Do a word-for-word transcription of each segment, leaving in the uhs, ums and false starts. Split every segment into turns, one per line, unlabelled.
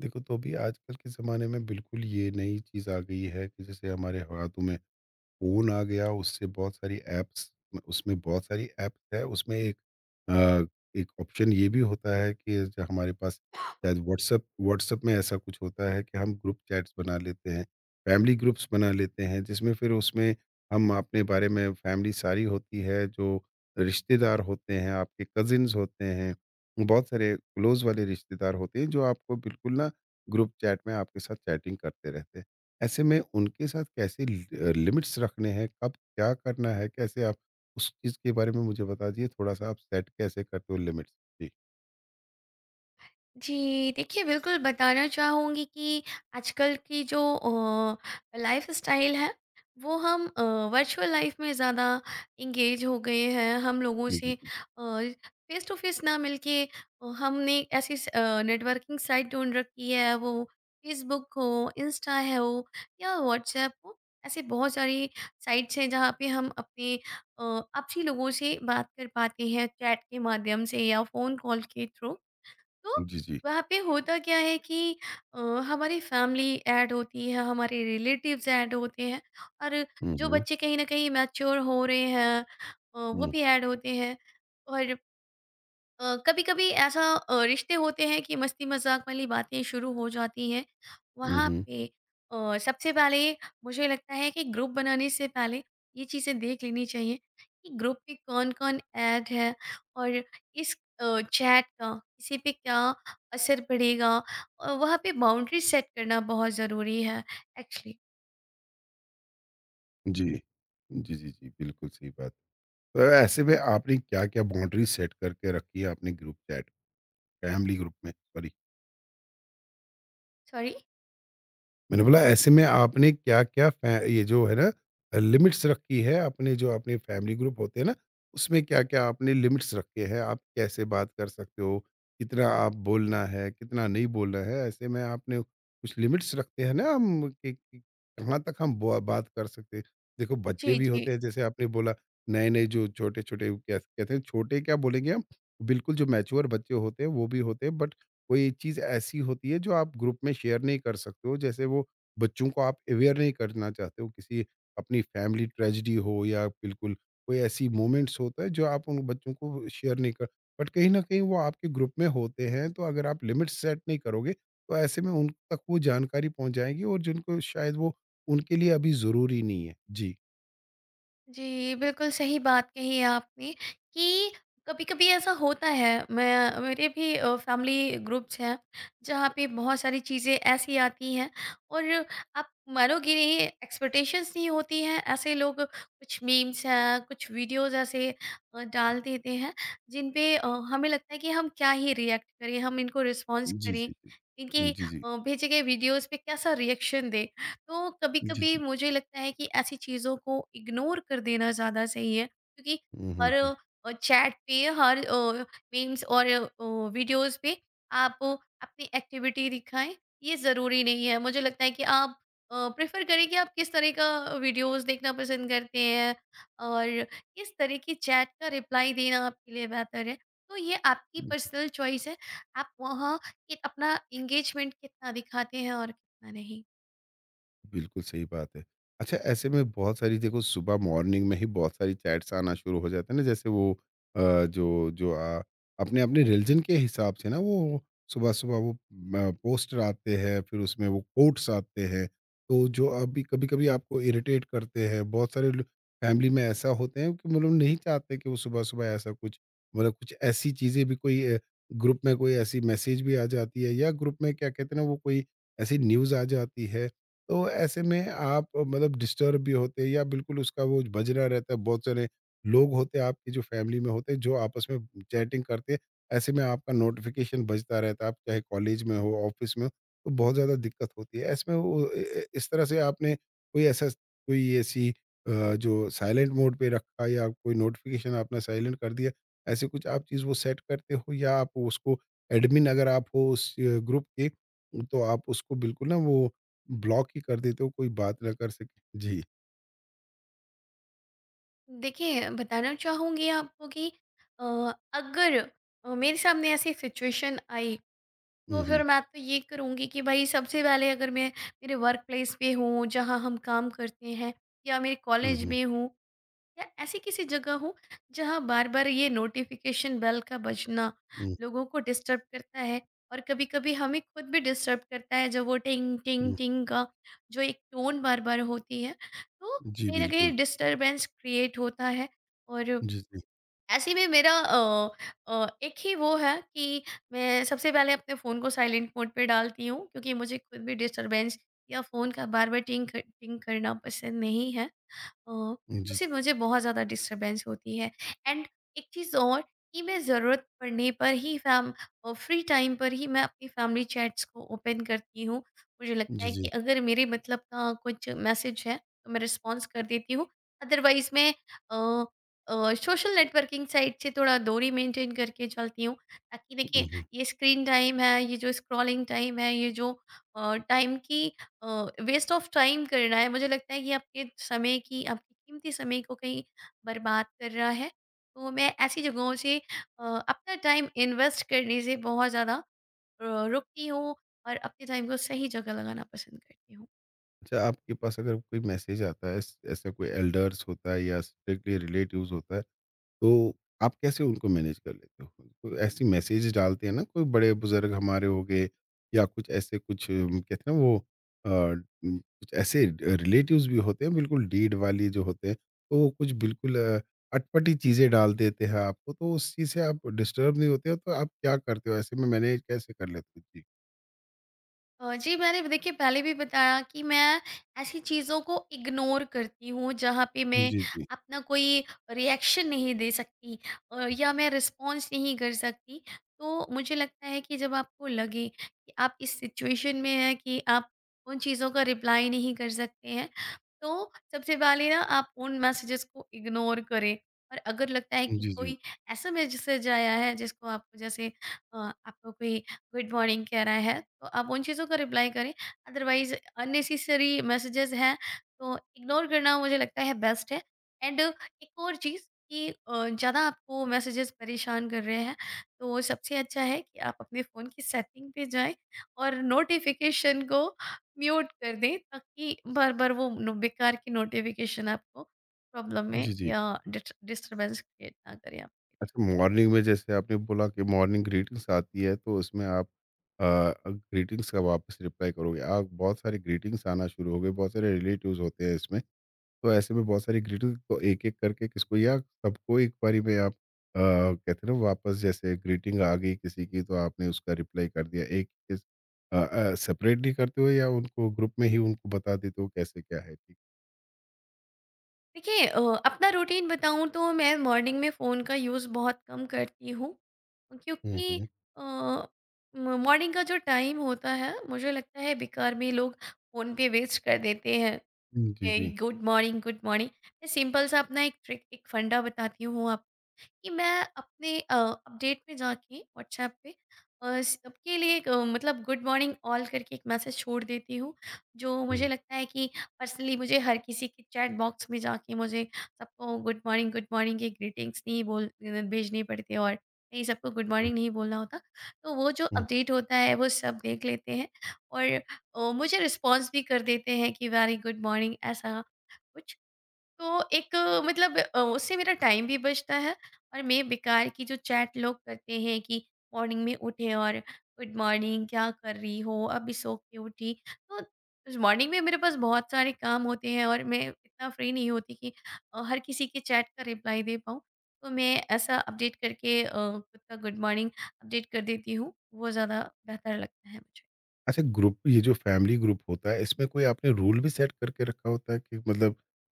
देखो तो भी आजकल के ज़माने में बिल्कुल ये नई चीज़ आ गई है कि जैसे हमारे हाथों में फ़ोन आ गया। उससे बहुत सारी ऐप्स उसमें बहुत सारी ऐप्स है। उसमें एक अ, एक ऑप्शन ये भी होता है कि जो हमारे पास शायद व्हाट्सएप व्हाट्सएप में ऐसा कुछ होता है कि हम ग्रुप चैट्स बना लेते हैं, फैमिली ग्रुप्स बना लेते हैं, जिसमें फिर उसमें हम अपने बारे में फैमिली सारी होती है, जो रिश्तेदार होते हैं, आपके कजिन्स होते हैं, बहुत सारे क्लोज वाले रिश्तेदार होते हैं जो आपको बिल्कुल ना ग्रुप चैट में आपके साथ चैटिंग करते रहते हैं। ऐसे में उनके साथ कैसे लि लिमिट्स रखने हैं, कब क्या करना है, कैसे आप उस चीज़ के बारे में मुझे बता दीजिए थोड़ा-सा, आप सेट कैसे करते हो लिमिट्स? जी।
जी, देखिए बिल्कुल बताना चाहूँगी कि आजकल की जो अ, लाइफ़स्टाइल है वो हम अ, वर्चुअल लाइफ़ में ज़्यादा एंगेज हो गए हैं। हम लोगों
जी,
से अ,
जी।
फ़ेस टू फ़ेस ना मिलके अ, हमने ऐसी स अ, नेटवर्किंग साइट ढूँढ रखी है, वो फ़ेसबुक हो, इंस्टा है हो या व्हाट्सएप हो। ऐसी बहुत सारी साइट्स हैं जहाँ पे हम अपने अ, आपसी लोगों से बात कर पाते हैं, चैट के माध्यम से या फ़ोन कॉल के थ्रू। तो
जी, जी।
वहाँ पे होता क्या है कि अ, हमारी फैमिली ऐड होती है, हमारे रिलेटिव्स ऐड होते हैं और
हुँ,
जो
हुँ।
बच्चे कहीं न कहीं मैच्योर हो रहे हैं, अ, वो
हुँ,
भी ऐड होते हैं। और कभी कभी ऐसा अ, रिश्ते होते हैं कि मस्ती मजाक वाली बातें शुरू हो जाती हैं
हुँ,
वहाँ
हुँ।
पे। अ, सबसे पहले मुझे लगता है कि ग्रुप बनाने से पहले ये चीज़ें देख लेनी चाहिए कि ग्रुप में कौन कौन ऐड है और इस चैट का किसी पे क्या असर पड़ेगा, और वहाँ पे बाउंड्री सेट करना बहुत ज़रूरी है एक्चुअली।
जी। जी, जी, जी, बिल्कुल सही बात। तो ऐसे में आपने क्या-क्या बाउंड्री सेट करके रखी है अपने ग्रुप चैट फैमिली ग्रुप में? सॉरी।
सॉरी।
मैंने बोला ऐसे में आपने क्या-क्या फ़ै ये जो है ना, लिमिट्स रखी है अपने जो अपने फैमिली ग्रुप होते हैं ना, उसमें क्या-क्या आपने लिमिट्स रखे हैं? आप कैसे बात कर सकते हो? कितना आप बोलना है, कितना नहीं बोलना है? ऐसे में आपने कुछ लिमिट्स रखते हैं ना हम कि कि कहाँ तक हम बो बात कर सकते हैं। देखो बच्चे
जी,
भी
जी,
होते हैं जैसे आपने बोला, नए-नए जो छोटे-छोटे क्या कहते हैं, छोटे क्या बोलेंगे हम, बिल्कुल जो मैच्योर बच्चे होते हैं वो भी होते हैं, बट कोई चीज़ ऐसी होती है जो आप ग्रुप में शेयर नहीं कर सकते हो, जैसे वो बच्चों को आप अवेयर नहीं करना चाहते हो किसी अपनी फैमिली ट्रेजिडी हो या बिल्कुल कोई ऐसी मोमेंट्स होता है जो आप उन बच्चों को शेयर नहीं कर, बट कहीं ना कहीं वो आपके ग्रुप में होते हैं, तो अगर आप लिमिट सेट नहीं करोगे तो ऐसे में उन तक वो जानकारी पहुंच जाएगी और जिनको शायद वो उनके लिए अभी ज़रूरी नहीं है। जी,
जी, बिल्कुल सही बात कही है आपने कि कभी-कभी ऐसा होता है। मैं, मेरे भी अ, फैमिली ग्रुप्स हैं, जहाँ पे बहुत सारी चीज़ें ऐसी आती हैं और आप मानोगे नहीं, एक्सपेक्टेशंस नहीं होती हैं। ऐसे लोग कुछ मीम्स हैं, कुछ वीडियोज़ ऐसे अ, डाल देते हैं, जिन पे अ, हमें लगता है कि हम क्या ही रिएक्ट करें, हम इनको रिस्पॉन्स
जी,
करें,
जी,
इनके
जी, जी,
अ, भेजे गए वीडियोज़ पे कैसा रिएक्शन दें। तो
जी, जी,
कभी-कभी
जी।
मुझे लगता है कि ऐसी चीज़ों को इग्नोर कर देना ज़्यादा सही है क्योंकि
हम्म,
हर
हम्म,
अ, चैट पे हर अ, मीम्स और अ, वीडियोस पे आप अपनी एक्टिविटी दिखाएँ, ये ज़रूरी नहीं है। मुझे लगता है कि आप अ, प्रेफ़र करें कि आप किस तरह का वीडियोस देखना पसंद करते हैं और किस तरह की चैट का रिप्लाई देना आपके लिए बेहतर है। तो ये आपकी
हम्म,
पर्सनल चॉइस है, आप वहाँ कि अपना एंगेजमेंट कितना दिखाते हैं और कितना नहीं।
बिल्कुल सही बात है। अच्छा ऐसे में बहुत सारी देखो सुबह मॉर्निंग में ही बहुत सारी चैट्स आना शुरू हो जाता है ना, जैसे वो अ, जो जो अ, अपने-अपने रिलीजन के हिसाब से ना वो सुबह-सुबह वो म पोस्टर आते हैं, फिर उसमें वो कोट्स आते हैं। तो जो अभी कभी-कभी आपको इरिटेट करते हैं। बहुत सारे लो फैमिली में ऐसा होते हैं कि मतलब नहीं चाहते कि वो सुबह-सुबह ऐसा कुछ, मतलब कुछ ऐसी चीज़ें भी कोई अ, ग्रुप में कोई ऐसी मैसेज भी आ जाती है, या ग्रुप में क्या कहते हैं ना वो कोई ऐसी न्यूज़ आ जाती है। तो ऐसे में आप अ, मतलब डिस्टर्ब भी होते हैं या बिल्कुल उसका वो बजना रहता है। बहुत सारे लोग होते हैं आपकी जो फैमिली में होते हैं जो आपस में चैटिंग करते हैं, ऐसे में आपका नोटिफिकेशन बजता रहता है, आप चाहे कॉलेज में हो ऑफिस में हो, तो बहुत ज़्यादा दिक्कत होती है। ऐसे में वो ए- ए- इस तरह से आपने कोई ऐसा कोई ऐसी अ, जो साइलेंट मोड पे रखा या कोई नोटिफिकेशन आपने साइलेंट कर दिया, ऐसे कुछ आप चीज़ वो सेट करते हो, या आप उसको एडमिन अगर आप हो उस ग्रुप के, तो आप उसको बिल्कुल ना वो ब्लॉक ही कर देते हो, कोई बात ना कर सके। जी।
देखिए, बताना चाहूँगी आपको कि अ, अगर अ, मेरे सामने ऐसी सिचुएशन आई, तो
हुँ, हुँ,
फिर मैं तो ये करूँगी कि भाई सबसे पहले अगर मैं मेरे वर्क प्लेस पे हूँ, जहाँ हम काम करते हैं, या मेरे
हुँ,
कॉलेज
हुँ,
में हूँ, या ऐसी किसी जगह हो जहाँ बार बार ये नोटिफिकेशन बेल का बजना
हुँ,
लोगों को डिस्टर्ब करता है, और कभी कभी हमें खुद भी डिस्टर्ब करता है, जब वो टिंग टिंग
हुँ।
टिंग का जो एक टोन बार बार होती है तो
जी,
कहीं ना
बिल्कुल।
कहीं डिस्टरबेंस क्रिएट होता है। और
जी, जी।
ऐसे में मेरा अ, अ, एक ही वो है कि मैं सबसे पहले अपने फ़ोन को साइलेंट मोड पे डालती हूँ क्योंकि मुझे खुद भी डिस्टरबेंस या फ़ोन का बार बार टिंग टिंग करना पसंद नहीं है। अ,
जी, जी।
उससे मुझे बहुत ज़्यादा डिस्टरबेंस होती है। एंड एक चीज़ और, कि मैं ज़रूरत पड़ने पर ही फैम अ, फ्री टाइम पर ही मैं अपनी फैमिली चैट्स को ओपन करती हूँ। मुझे लगता
जी,
है कि
जी।
अगर मेरे मतलब का कुछ मैसेज है तो मैं रिस्पॉन्स कर देती हूँ। अदरवाइज़ मैं अ अ, सोशल नेटवर्किंग साइट से थोड़ा दूरी मेंटेन करके चलती हूँ ताकि, देखिए,
हुँ, हुँ।
ये स्क्रीन टाइम है, ये जो स्क्रॉलिंग टाइम है, ये जो अ, टाइम की वेस्ट ऑफ टाइम कर रहा है, मुझे लगता है कि आपके समय की, आपके कीमती समय को कहीं बर्बाद कर रहा है। तो मैं ऐसी जगहों से अ, अपना टाइम इन्वेस्ट करने से बहुत ज़्यादा अ, रुकती हूँ और अपने टाइम को सही जगह लगाना पसंद करती हूँ।
अच्छा आपके पास अगर कोई मैसेज आता है, ऐस ऐसा कोई एल्डर्स होता है या स्ट्रिक्टली रिलेटिव्स होता है, तो आप कैसे उनको मैनेज कर लेते हो? कोई ऐसी मैसेज डालते हैं ना, कोई बड़े-बुज़ुर्ग हमारे हो गए या कुछ ऐसे कुछ अम, कहते हैं ना वो अ, उम, कुछ ऐसे रिलेटिव्स भी होते हैं बिल्कुल डीड वाली जो होते हैं, तो वो कुछ बिल्कुल अ, अटपटी चीज़ें डाल देते हैं आपको, तो उस चीज़ से आप डिस्टर्ब नहीं होते हो, तो आप क्या करते हो? ऐसे में मैनेज कैसे कर लेते हो? जी।
अ, जी, मैंने देखिए पहले भी बताया कि मैं ऐसी चीज़ों को इग्नोर करती हूँ जहाँ पे मैं
जी, जी।
अपना कोई रिएक्शन नहीं दे सकती, अ, या मैं रिस्पॉन्स नहीं कर सकती। तो मुझे लगता है कि जब आपको लगे कि आप इस सिचुएशन में हैं कि आप उन चीज़ों का रिप्लाई नहीं कर सकते हैं, तो सबसे पहले ना आप उन मैसेजेस को इग्नोर करें। और अगर लगता है कि
जी, जी।
कोई ऐसा मैसेज आया है जिसको आपको, जैसे, अ, आपको कोई गुड मॉर्निंग कहना है, तो आप उन चीज़ों का रिप्लाई करें। अदरवाइज अननेसेसरी मैसेजेस हैं तो इग्नोर करना मुझे लगता है बेस्ट है। एंड एक और चीज़, कि ज़्यादा आपको मैसेजेस परेशान कर रहे हैं तो सबसे अच्छा है कि आप अपने फ़ोन की सेटिंग पे जाएं और नोटिफिकेशन को म्यूट कर दें, ताकि बार बार वो नो- बेकार की नोटिफिकेशन आपको प्रॉब्लम में
जी, जी।
या डिस्टर्बेंस क्रिएट ना करें आपके लिए।
अच्छा, मॉर्निंग में जैसे आपने बोला कि मॉर्निंग ग्रीटिंग्स आती है, तो उसमें आप अ, ग्रीटिंग्स का वापस रिप्लाई करोगे। आप बहुत सारी ग्रीटिंग्स आना शुरू हो गए, बहुत सारे रिलेटिव्स होते हैं इसमें। तो ऐसे में बहुत सारी ग्रीटिंग्स तो एक-एक करके किसको या सबको एक बारी में आप अ, कहते हैं ना वापस, जैसे ग्रीटिंग आ गई किसी की तो आपने उसका रिप्लाई कर दिया। एक इस अ अ, सेपरेटली करते हो या उनको ग्रुप में ही उनको बता देते हो कैसे क्या है? ठीक।
देखिए, अ, अपना रूटीन बताऊँ तो मैं मॉर्निंग में फ़ोन का यूज़ बहुत कम करती हूँ,
हुँ,
क्योंकि
हुँ।
अ, म- मॉर्निंग का जो टाइम होता है मुझे लगता है बेकार में लोग फ़ोन पे वेस्ट कर देते हैं,
हुँ, जी, जी।
Good morning good morning. मैं सिंपल सा अपना एक ट्रिक, एक फंडा बताती हूँ, कि मैं अपने अ, अपडेट में जाके व्हाट्सएप पे अ, सबके लिए एक अ, मतलब गुड मॉर्निंग ऑल करके एक मैसेज छोड़ देती हूँ, जो
हुँ,
मुझे
हुँ,
लगता है कि पर्सनली मुझे हर किसी के चैट बॉक्स में जाके मुझे सबको गुड मॉर्निंग गुड मॉर्निंग की ग्रीटिंग्स नहीं बोल भेजनी पड़ती, और नहीं सबको गुड
हुँ।
मॉर्निंग नहीं बोलना होता। तो वो जो अपडेट होता है वो सब देख लेते हैं और अ, मुझे रिस्पॉन्स भी कर देते हैं कि वेरी गुड मॉर्निंग, ऐसा कुछ। तो एक अ, मतलब अ, उससे मेरा टाइम भी बचता है। और मैं बेकार की जो चैट लोग करते हैं कि मॉर्निंग में उठे और गुड मॉर्निंग क्या कर रही हो अभी सो के उठी, तो मॉर्निंग में मेरे पास बहुत सारे काम होते हैं और मैं इतना फ्री नहीं होती कि अ, हर किसी के चैट का रिप्लाई दे पाऊँ। तो मैं ऐसा अपडेट करके अ, खुद का गुड मॉर्निंग अपडेट कर देती हूँ, वो ज़्यादा बेहतर लगता है मुझे।
अच्छा ग्रुप ये जो फैमिली ग्रुप होता है इसमें कोई आपने रूल भी सेट करके रखा होता है कि मतलब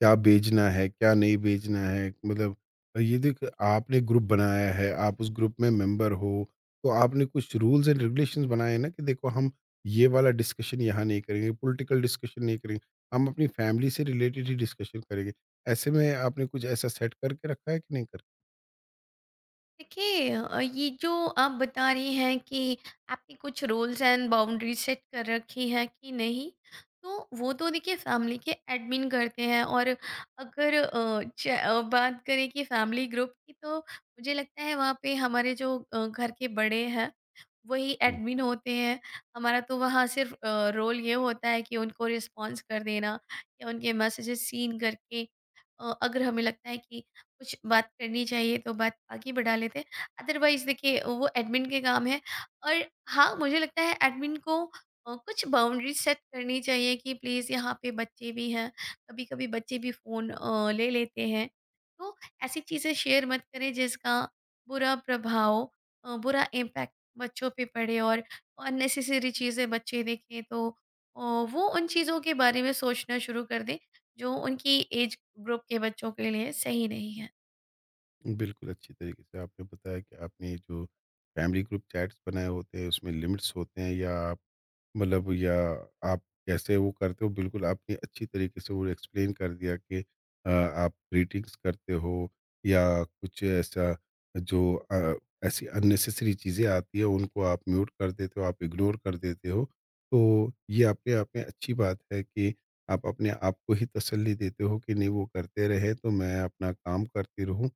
क्या भेजना है क्या नहीं भेजना है, मतलब ये देख आपने ग्रुप बनाया है, आप उस ग्रुप में मेंबर हो, तो आपने कुछ रूल्स एंड रेगुलेशंस बनाए हैं ना कि देखो हम ये वाला डिस्कशन यहाँ नहीं करेंगे, पॉलिटिकल डिस्कशन नहीं करेंगे, हम अपनी फैमिली से रिलेटेड ही डिस्कशन करेंगे। ऐसे में आपने कुछ ऐसा सेट करके रखा है कि नहीं कर?
देखिए, अ, ये जो आप बता रही हैं कि आपने कुछ रूल्स एंड बाउंड्री सेट कर रखी हैं कि नहीं, तो वो तो देखिए फैमिली के एडमिन करते हैं। और अगर अ, च- अ, बात करें कि फैमिली ग्रुप की, तो मुझे लगता है वहाँ पे हमारे जो अ, घर के बड़े हैं वही एडमिन होते हैं। हमारा तो वहाँ सिर्फ रोल ये होता है कि उनको रिस्पॉन्स कर देना या उनके मैसेजेस सीन करके, अ, अगर हमें लगता है कि कुछ बात करनी चाहिए तो बात आगे बढ़ा लेते हैं। अदरवाइज़ देखिए वो एडमिन के काम है। और हाँ, मुझे लगता है एडमिन को अ, कुछ बाउंड्री सेट करनी चाहिए कि प्लीज़ यहाँ पे बच्चे भी हैं, कभी-कभी बच्चे भी फ़ोन अ, ले लेते हैं। तो ऐसी चीज़ें शेयर मत करें जिसका बुरा प्रभाव, अ, बुरा इम्पैक्ट बच्चों पे पड़े, और अननेसेसरी चीज़ें बच्चे देखें तो अ, वो उन चीज़ों के बारे में सोचना शुरू कर दें, जो उनकी एज ग्रुप के बच्चों के लिए सही नहीं है।
बिल्कुल, अच्छी तरीके से आपने बताया कि आपने जो फैमिली ग्रुप चैट्स बनाए होते हैं, उसमें लिमिट्स होते हैं या आप मतलब या आप कैसे वो करते हो, बिल्कुल आपने अच्छी तरीके से वो एक्सप्लेन कर दिया कि अ, आप ग्रीटिंग्स करते हो या कुछ ऐसा जो अ, ऐसी अननेसेसरी चीज़ें आती हैं, उनको आप म्यूट कर देते हो, आप इग्नोर कर देते हो। तो ये अपने आप में अच्छी बात है कि आप अपने आप को ही तसल्ली देते हो कि नहीं, वो करते रहे, तो मैं अपना काम करती रहूँ।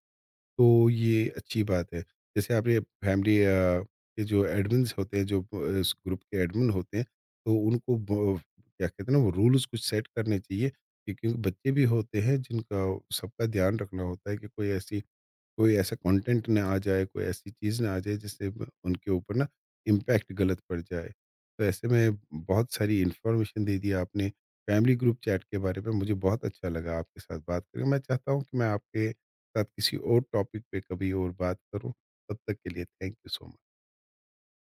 तो ये अच्छी बात है। जैसे आपने फैमिली अ, के जो एडमिन्स होते हैं, जो अ, इस ग्रुप के एडमिन होते हैं, तो उनको ब क्या कहते हैं ना, वो रूल्स कुछ सेट करने चाहिए कि क्योंकि बच्चे भी होते हैं, जिनका सबका ध्यान रखना होता है कि कोई ऐसी कोई ऐसा कंटेंट ना आ जाए, कोई ऐसी चीज़ ना आ जाए जिससे ब उनके ऊपर ना इम्पैक्ट गलत पड़ जाए। तो ऐसे में बहुत सारी इन्फॉर्मेशन दे दी आपने, फैमिली ग्रुप चैट के बारे में मुझे बहुत अच्छा लगा आपके साथ बात करके। मैं चाहता हूँ कि मैं आपके साथ किसी और टॉपिक पे कभी और बात करूँ। तब तक के लिए थैंक यू सो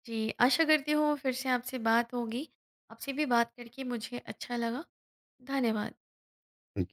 जी, आशा करती हूँ फिर से आपसे बात होगी। आपसे भी बात करके मुझे अच्छा लगा। धन्यवाद।
मच।